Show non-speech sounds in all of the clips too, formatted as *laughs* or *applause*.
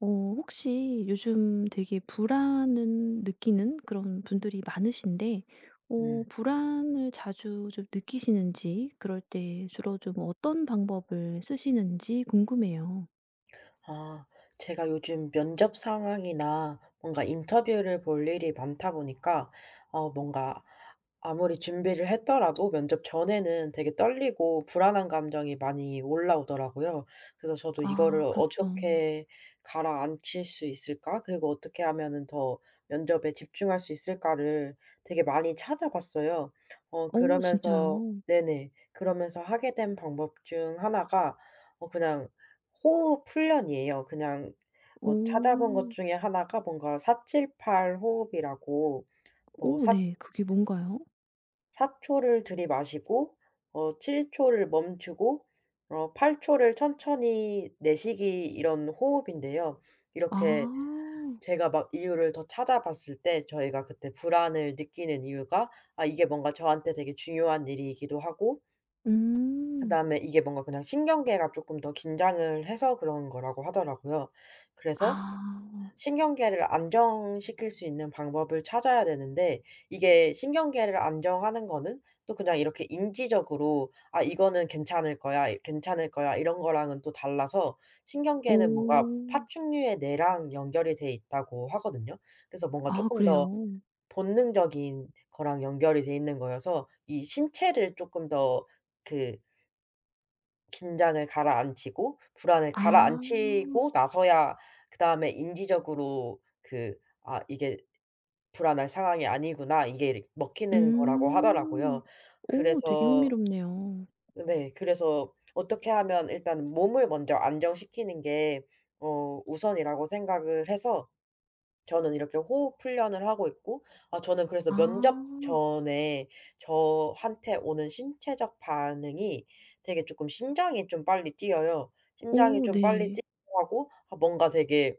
어 혹시 요즘 되게 불안은 느끼는 그런 분들이 많으신데 음. 불안을 자주 좀 느끼시는지 그럴 때 주로 좀 어떤 방법을 쓰시는지 궁금해요. 아, 제가 요즘 면접 상황이나 뭔가 인터뷰를 볼 일이 많다 보니까 뭔가 아무리 준비를 했더라도 면접 전에는 되게 떨리고 불안한 감정이 많이 올라오더라고요. 그래서 저도 이거를 아 그렇죠. '어떻게 가라앉힐 수 있을까? 그리고 어떻게 하면은 더 면접에 집중할 수 있을까?'를 되게 많이 찾아봤어요. 어 오 그러면서 진짜요? 네네. 그러면서 하게 된 방법 중 하나가 그냥 호흡 훈련이에요. 그냥 찾아본 것 오. 중에 하나가 뭔가 4-7-8 호흡이라고, 뭐 오 사 네. 그게 뭔가요? 4 초를 들이마시고 7 초를 멈추고 8 초를 천천히 내쉬기, 이런 호흡인데요. 아. 이렇게 제가 막 이유를 더 찾아봤을 때 저희가 그때 불안을 느끼는 이유가, 아 이게 뭔가 저한테 되게 중요한 일이기도 하고, 음. 그다음에 이게 뭔가 그냥 신경계가 조금 더 긴장을 해서 그런 거라고 하더라고요. 그래서 아. 신경계를 안정시킬 수 있는 방법을 찾아야 되는데, 이게 신경계를 안정하는 거는 또 그냥 이렇게 인지적으로 '아, 이거는 괜찮을 거야. 이 괜찮을 거야.' 이런 거랑은 또 달라서, 신경계는 뭔가 오. 파충류의 뇌랑 연결이 돼 있다고 하거든요. 그래서 뭔가 아 쪼끔 더 그래요? 본능적인 거랑 연결이 돼 있는 거여서, 이 신체를 쪼끔 더그 긴장을 가라앉히고 불안을 아. 가라앉히고 나서야, 그다음에 인지적으로 그 '아, 이게 불안할 상황이 아니구나.' 이게 이렇 먹히는 거라고 음. 하더라고요. 오 되게 그래서 흥미롭네요. 네, 그래서 어떻게 하면 일단 몸을 먼저 안정시키는 게 우선이라고 생각을 해서 저는 이렇게 호흡 훈련을 하고 있고, 아 저는 그래서 면접 아. 전에 저한테 오는 신체적 반응이 되게 조금 심장이 좀 빨리 뛰어요. 심장이 오 좀 빨리 뛰 네. 고 하고, 아 뭔가 되게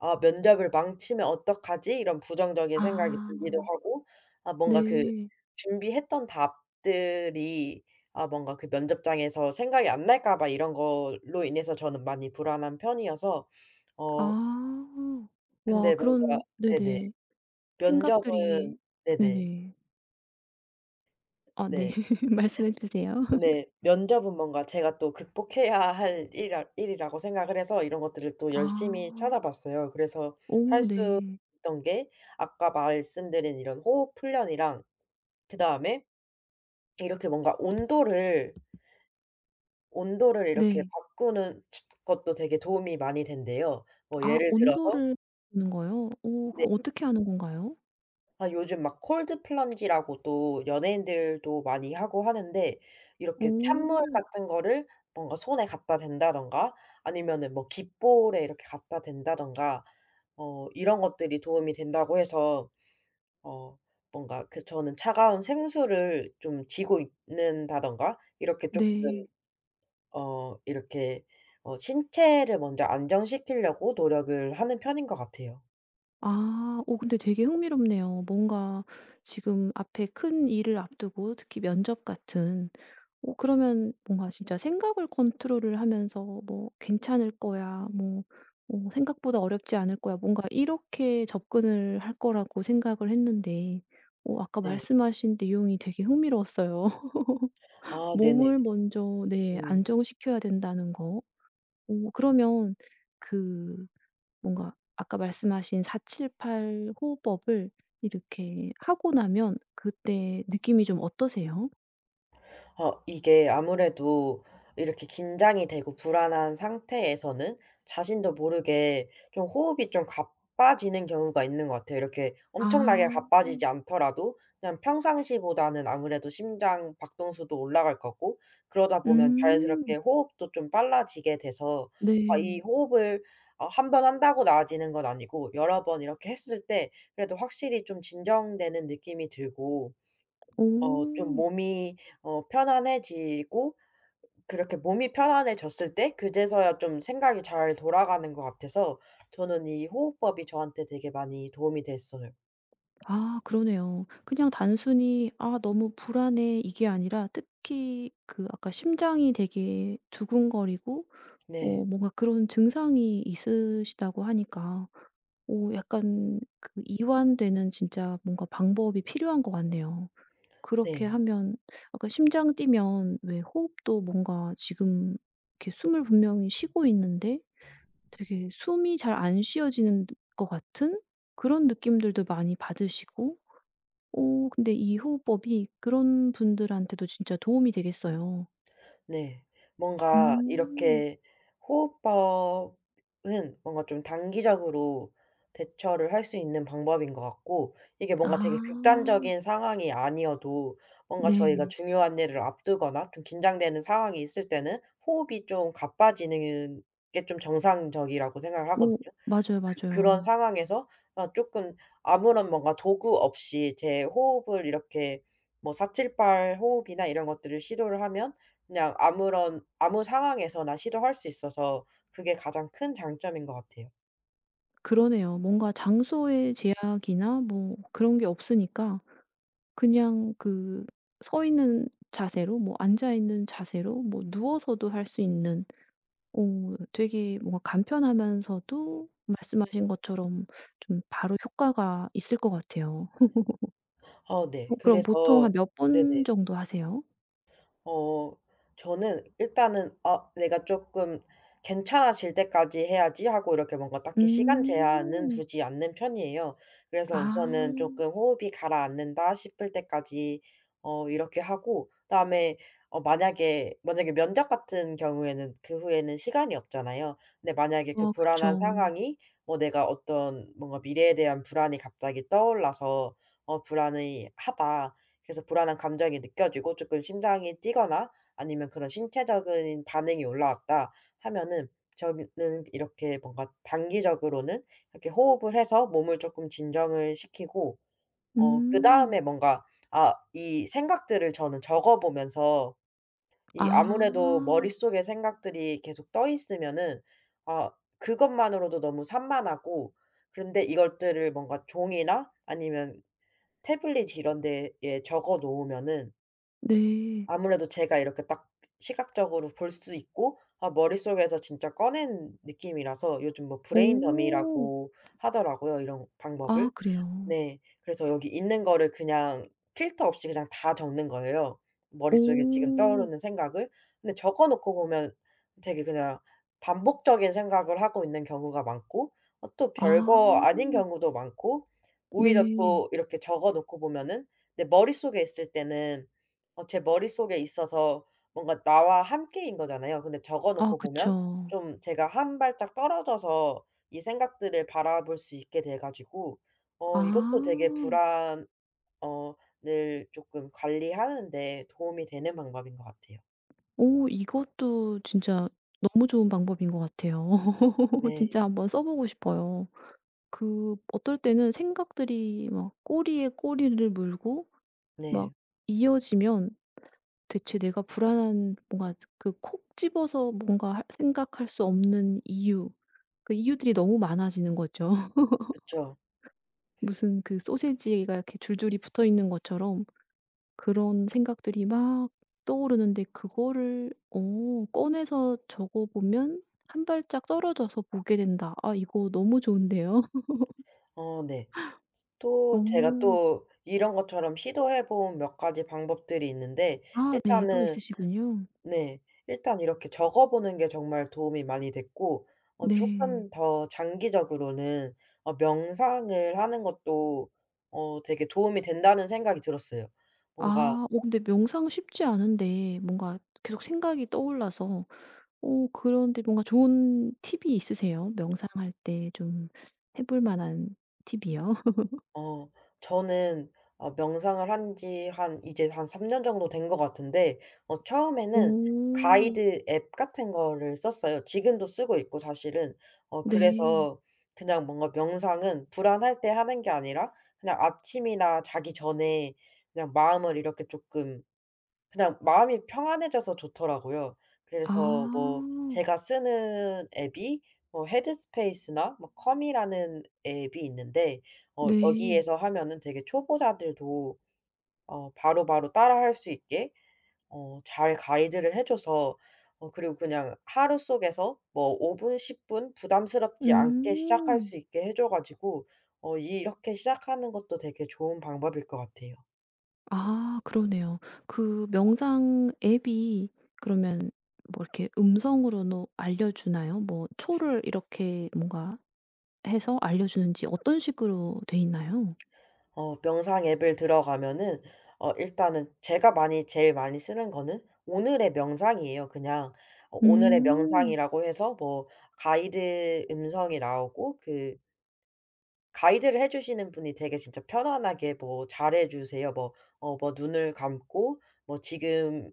'아, 면접을 망치면 어떡하지?' 이런 부정적인 생각이 아 들기도 하고, 아 뭔가 그 네. 준비했던 답들이, 아 뭔가 그 면접장에서 생각이 안 날까 봐 이런 걸로 인해서 저는 많이 불안한 편이어서, 어 아. 와 근데 뭔가 그런 네네. 네네. 면접은 생각들이 네네. 네네. 아 네. 네. *laughs* 말씀해 주세요. 네. 면접은 뭔가 제가 또 극복해야 할 일이라고 생각을 해서 이런 것들을 또 열심히 아. 찾아봤어요. 그래서 할 오 수 네. 있던 게 아까 말씀드린 이런 호흡 훈련이랑, 그다음에 이렇게 뭔가 온도를 이렇게 네. 바꾸는 치 것도 되게 도움이 많이 된대요. 뭐 아 예를 들어서, 온도를 보는 거요? 오 네. 그거 어떻게 하는 건가요? 아 요즘 막 콜드 플런지라고 또 연예인들도 많이 하고 하는데, 이렇게 찬물 오. 같은 거를 뭔가 손에 갖다 댄다던가, 아니면은 뭐 깃볼에 이렇게 갖다 댄다던가, 이런 것들이 도움이 된다고 해서, 어 뭔가 그 저는 차가운 생수를 좀 쥐고 있는다던가, 이렇게 조금 네. 이렇게 신체를 먼저 안정시키려고 노력을 하는 편인 것 같아요. 아. 어 근데 되게 흥미롭네요. 뭔가 지금 앞에 큰 일을 앞두고 특히 면접 같은 어 그러면 뭔가 진짜 생각을 컨트롤을 하면서 뭐 '괜찮을 거야.' 뭐 어 '생각보다 어렵지 않을 거야.' 뭔가 이렇게 접근을 할 거라고 생각을 했는데 어 아까 네. 말씀하신 내용이 되게 흥미로웠어요. *laughs* 아 네네. 몸을 먼저 네 음. 안정시켜야 된다는 거. 어 그러면 그 뭔가 아까 말씀하신 4-7-8 호흡법을 이렇게 하고 나면 그때 느낌이 좀 어떠세요? 이게 아무래도 이렇게 긴장이 되고 불안한 상태에서는 자신도 모르게 좀 호흡이 좀 가빠지는 경우가 있는 것 같아요. 이렇게 엄청나게 아. 가빠지지 않더라도 그냥 평상시보다는 아무래도 심장 박동수도 올라갈 거고, 그러다 보면 음. 자연스럽게 호흡도 좀 빨라지게 돼서, 아 이 네. 호흡을 한번 한다고 나아지는 건 아니고 여러 번 이렇게 했을 때 그래도 확실히 좀 진정되는 느낌이 들고, 좀 오. 몸이 편안해지고, 그렇게 몸이 편안해졌을 때 그제서야 좀 생각이 잘 돌아가는 것 같아서, 저는 이 호흡법이 저한테 되게 많이 도움이 됐어요. 아 그러네요. 그냥 단순히 '아 너무 불안해.' 이게 아니라 특히 그 아까 심장이 되게 두근거리고 네. 어 뭔가 그런 증상이 있으시다고 하니까 오 약간 그 이완되는 진짜 뭔가 방법이 필요한 것 같네요. 그렇게 네. 하면 아까 심장 뛰면 왜 호흡도 뭔가 지금 이렇게 숨을 분명히 쉬고 있는데 되게 숨이 잘 안 쉬어지는 느 것 같은 그런 느낌들도 많이 받으시고 오 근데 이 호흡법이 그런 분들한테도 진짜 도움이 되겠어요. 네. 뭔가 음. 이렇게 호흡법은 뭔가 좀 단기적으로 대처를 할 수 있는 방법인 것 같고, 이게 뭔가 되게 아 극단적인 상황이 아니어도, 뭔가 저희가 네. 중요한 일을 앞두거나 좀 긴장되는 상황이 있을 때는 호흡이 좀 가빠지는 게 좀 정상적이라고 생각을 하거든요. 뭐 맞아요, 그런 맞아요. 상황에서 아 쪼끔 아무런 뭔가 도구 없이 제 호흡을 이렇게 뭐 4-7-8 호흡이나 이런 것들을 시도를 하면, 그냥 아무 상황에서나 시도할 수 있어서, 그게 가장 큰 장점인 것 같아요. 그러네요. 뭔가 장소의 제약이나 뭐 그런 게 없으니까 그냥 그 서 있는 자세로 뭐 앉아 있는 자세로 뭐 누워서도 할 수 있는 어 되게 뭔가 간편하면서도 말씀하신 것처럼 좀 바로 효과가 있을 것 같아요. 네. 어 그럼 그래서 보통 한 몇 네네. 번 정도 하세요? 어 저는 일단은 '아 내가 조금 괜찮아질 때까지 해야지.' 하고 이렇게 뭔가 딱히 시간 제한은 음. 두지 않는 편이에요. 그래서 우선은 아. 조금 호흡이 가라앉는다 싶을 때까지 이렇게 하고, 그다음에 만약에 면접 같은 경우에는 그 후에는 시간이 없잖아요. 근데 만약에 그 와 불안한 그쵸. 상황이, 뭐 내가 어떤 뭔가 미래에 대한 불안이 갑자기 떠올라서 '어, 불안이 하다.' 그래서 불안한 감정이 느껴지고 조금 심장이 뛰거나 아니면 그런 신체적인 반응이 올라왔다 하면은, 저는 이렇게 뭔가 단기적으로는 이렇게 호흡을 해서 몸을 조금 진정을 시키고, 음. 그다음에 뭔가 아 이 생각들을 저는 적어 보면서, 이 아무래도 아. 머릿속에 생각들이 계속 떠 있으면은 아 그것만으로도 너무 산만하고, 그런데 이것들을 뭔가 종이나 아니면 태블릿 이런 데에 적어 놓으면은 네. 아무래도 제가 이렇게 딱 시각적으로 볼 수 있고, 아 머릿속에서 진짜 꺼낸 느낌이라서, 요즘 뭐 오 브레인 더미라고 하더라고요, 이런 방법을. 아 그래요. 네. 그래서 여기 있는 거를 그냥 필터 없이 그냥 다 적는 거예요, 머릿속에 지금 오 떠오르는 생각을. 근데 적어 놓고 보면 되게 그냥 반복적인 생각을 하고 있는 경우가 많고, 또 별거 아. 아닌 경우도 많고, 오히려 네. 또 이렇게 적어 놓고 보면은 내 머릿속에 있을 때는 제 머릿속에 있어서 뭔가 나와 함께인 거잖아요. 근데 적어 아 놓고 보면 그쵸. 좀 제가 한 발짝 떨어져서 이 생각들을 바라볼 수 있게 돼 가지고, 아. 이것도 되게 불안 어을 조금 관리하는 데 도움이 되는 방법인 것 같아요. 오 이것도 진짜 너무 좋은 방법인 것 같아요. *laughs* 네. 진짜 한번 써 보고 싶어요. 그 어떨 때는 생각들이 막 꼬리에 꼬리를 물고 막 네. 이어지면 대체 내가 불안한 뭔가 그 콕 집어서 뭔가 할 생각할 수 없는 이유 그 이유들이 너무 많아지는 거죠. *laughs* 그쵸. 무슨 그 소시지가 이렇게 줄줄이 붙어있는 것처럼 그런 생각들이 막 떠오르는데 그거를 어 꺼내서 적어 보면 '한 발짝 떨어져서 보게 된다.' 아 이거 너무 좋은데요. 네. *laughs* 또 제가 오, 또 이런 것처럼 시도해 본 몇 가지 방법들이 있는데, 아 네. 또 일단은 있으시군요. 네. 일단 이렇게 적어 보는 게 정말 도움이 많이 됐고, 네. 조금 더 장기적으로는 명상을 하는 것도 되게 도움이 된다는 생각이 들었어요. 뭔가 아 어 근데 명상 쉽지 않은데 뭔가 계속 생각이 떠올라서 어 그런데 뭔가 좋은 팁이 있으세요? 명상할 때 좀 해볼 만한 팁이요? *laughs* 어 저는 명상을 한지 한 3년 정도 된 것 같은데, 처음에는 오, 가이드 앱 같은 거를 썼어요. 지금도 쓰고 있고 사실은. 네. 그래서 그냥 뭔가 명상은 불안할 때 하는 게 아니라 그냥 아침이나 자기 전에 그냥 마음을 이렇게 조금, 그냥 마음이 평안해져서 좋더라고요. 아. 그래서 뭐 제가 쓰는 앱이 뭐 헤드스페이스나 뭐 컴이라는 앱이 있는데, 네. 여기에서 하면은 되게 초보자들도 바로바로 따라할 수 있게 잘 가이드를 해 줘서, 그리고 그냥 하루 속에서 뭐 5 분, 10분 부담스럽지 않게 시작할 음. 수 있게 해줘 가지고 이렇게 시작하는 것도 되게 좋은 방법일 것 같아요. 아 그러네요. 그 명상 앱이 그러면 뭐 이렇게 음성으로도 알려주나요? 뭐 초를 이렇게 뭔가 해서 알려주는지 어떤 식으로 돼 있나요? 명상 앱을 들어가면은 일단은 제가 많이 제일 많이 쓰는 거는 오늘의 명상이에요. 그냥 오늘의 음. 명상이라고 해서 뭐 가이드 음성이 나오고, 그 가이드를 해 주시는 분이 되게 진짜 편안하게 뭐 잘해 주세요. 뭐 눈을 감고 뭐 지금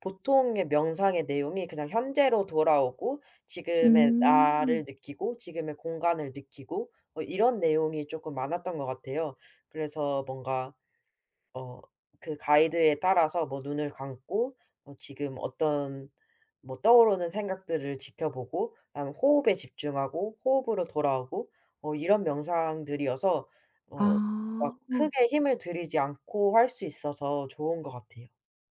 보통의 명상의 내용이 그냥 현재로 돌아오고 지금의 나를 음. 느끼고 지금의 공간을 느끼고, 이런 내용이 조금 많았던 것 같아요. 그래서 뭔가 어 그 가이드에 따라서 뭐 눈을 감고 뭐 지금 어떤 뭐 떠오르는 생각들을 지켜보고 그다음에 호흡에 집중하고 호흡으로 돌아오고, 이런 명상들이어서 어 막 아. 크게 힘을 들이지 않고 할 수 있어서 좋은 것 같아요.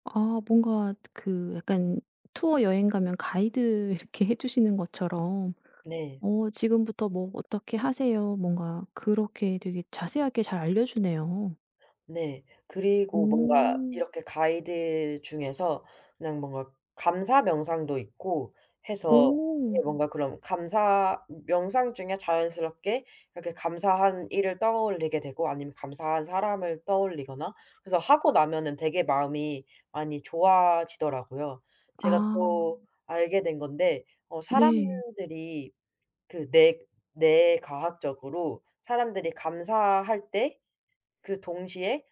아 뭔가 그 약간 투어 여행 가면 가이드 *laughs* 이렇게 해 주시는 것처럼 네. "어 지금부터 뭐 어떻게 하세요." 뭔가 그렇게 되게 자세하게 잘 알려주네요. 네. 그리고 뭔가 오. 이렇게 가이드 중에서 그냥 뭔가 감사 명상도 있고 해서, 이게 오. 뭔가 그런 감사 명상 중에 자연스럽게 이렇게 감사한 일을 떠올리게 되고 아니면 감사한 사람을 떠올리거나, 그래서 하고 나면은 되게 마음이 많이 좋아지더라고요. 아 제가 또 알게 된 건데, 네. 사람들이 그 뇌 뇌과학적으로 사람들이 감사할 때 그 동시에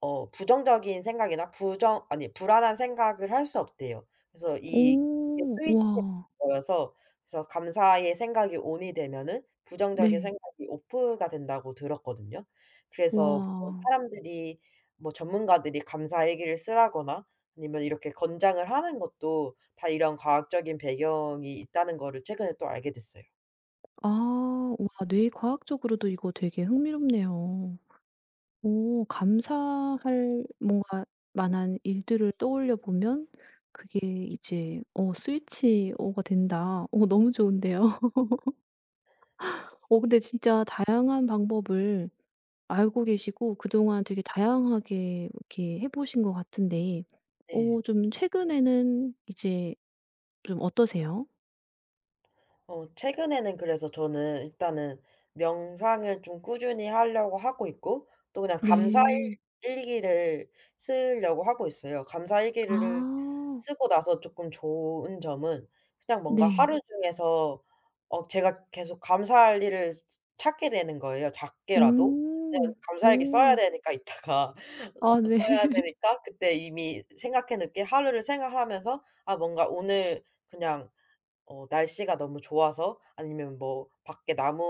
부정적인 생각이나 부정 아니 불안한 생각을 할 수 없대요. 그래서 이 이게 오 스위치에 와 거여서, 그래서 감사의 생각이 온이 되면은 부정적인 네. 생각이 오프가 된다고 들었거든요. 그래서 뭐 와. 사람들이 뭐 전문가들이 감사 일기를 쓰라거나 아니면 이렇게 권장을 하는 것도 다 이런 과학적인 배경이 있다는 거를 최근에 또 알게 됐어요. 아 와 뇌과학적으로도 이거 되게 흥미롭네요. 오 감사할 뭔가 만한 일들을 떠올려 보면 그게 이제 어 스위치 오가 된다. 오, 너무 좋은데요. *laughs* 어 근데 진짜 다양한 방법을 알고 계시고 그동안 되게 다양하게 이렇게 해 보신 것 같은데 네. 오, 좀 최근에는 이제 좀 어떠세요? 최근에는 그래서 저는 일단은 명상을 좀 꾸준히 하려고 하고 있고, 또 그냥 감사 일 네. 일기를 쓰려고 하고 있어요. 감사 일기를 아. 쓰고 나서 조금 좋은 점은 그냥 뭔가 네. 하루 중에서 제가 계속 감사할 일을 찾게 되는 거예요, 작게라도. 그냥 음. 감사 일기 써야 오. 되니까 이따가 *laughs* 써 아 네. 써야 *laughs* 되니까 그때 이미 생각해 놓게 하루를 생각하면서 '아 뭔가 오늘 그냥 날씨가 너무 좋아서, 아니면 뭐 밖에 나무에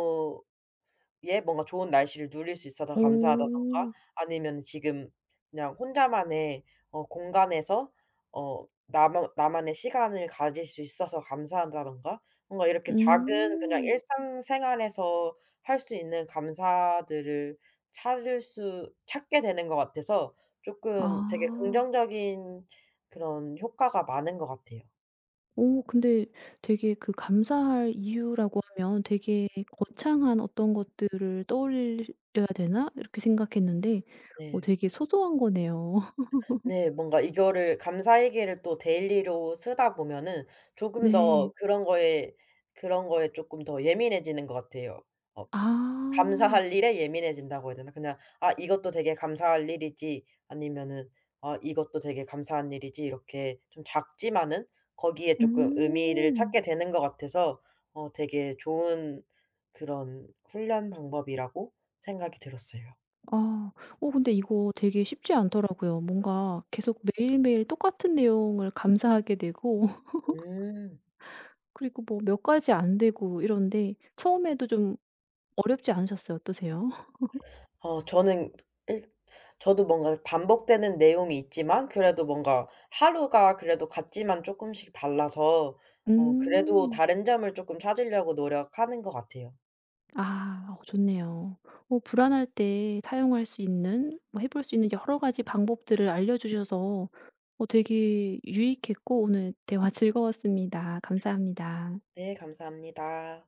뭔가 좋은 날씨를 누릴 수 있어서 감사하다든가, 오. 아니면 지금 그냥 혼자만의 공간에서 나만의 시간을 가질 수 있어서 감사하다든가, 뭔가 이렇게 작은 그냥 음. 일상생활에서 할 수 있는 감사들을 찾을 수 찾게 되는 것 같아서, 쪼끔 되게 아. 긍정적인 그런 효과가 많은 것 같아요. 오 근데 되게 그 감사할 이유라고 하면 되게 거창한 어떤 것들을 떠올려야 되나 이렇게 생각했는데 어 네. 되게 소소한 거네요. *laughs* 네. 뭔가 이거를 감사일기를 또 데일리로 쓰다 보면은 조금 더 네. 그런 거에 조금 더 예민해지는 것 같아요. 어 아. 감사할 일에 예민해진다고 해야 되나? 그냥 '아 이것도 되게 감사할 일이지.' 아니면은 '아 이것도 되게 감사한 일이지.' 이렇게 좀 작지만은 거기에 조금 의미를 음. 찾게 되는 것 같아서, 되게 좋은 그런 훈련 방법이라고 생각이 들었어요. 아. 어 근데 이거 되게 쉽지 않더라고요. 뭔가 계속 매일매일 똑같은 내용을 감사하게 되고 *laughs* 음. 그리고 뭐 몇 가지 안 되고 이런데 처음에도 좀 어렵지 않으셨어요? 어떠세요? *laughs* 어 저는 일 저도 뭔가 반복되는 내용이 있지만 그래도 뭔가 하루가 그래도 같지만 쪼끔씩 달라서, 그래도 음. 다른 점을 쪼끔 찾으려고 노력하는 것 같아요. 아 어 좋네요. 어 불안할 때 사용할 수 있는 뭐 해볼 수 있는 여러 가지 방법들을 알려 주셔서 어 되게 유익했고 오늘 대화 *laughs* 즐거웠습니다. 감사합니다. 네, 감사합니다.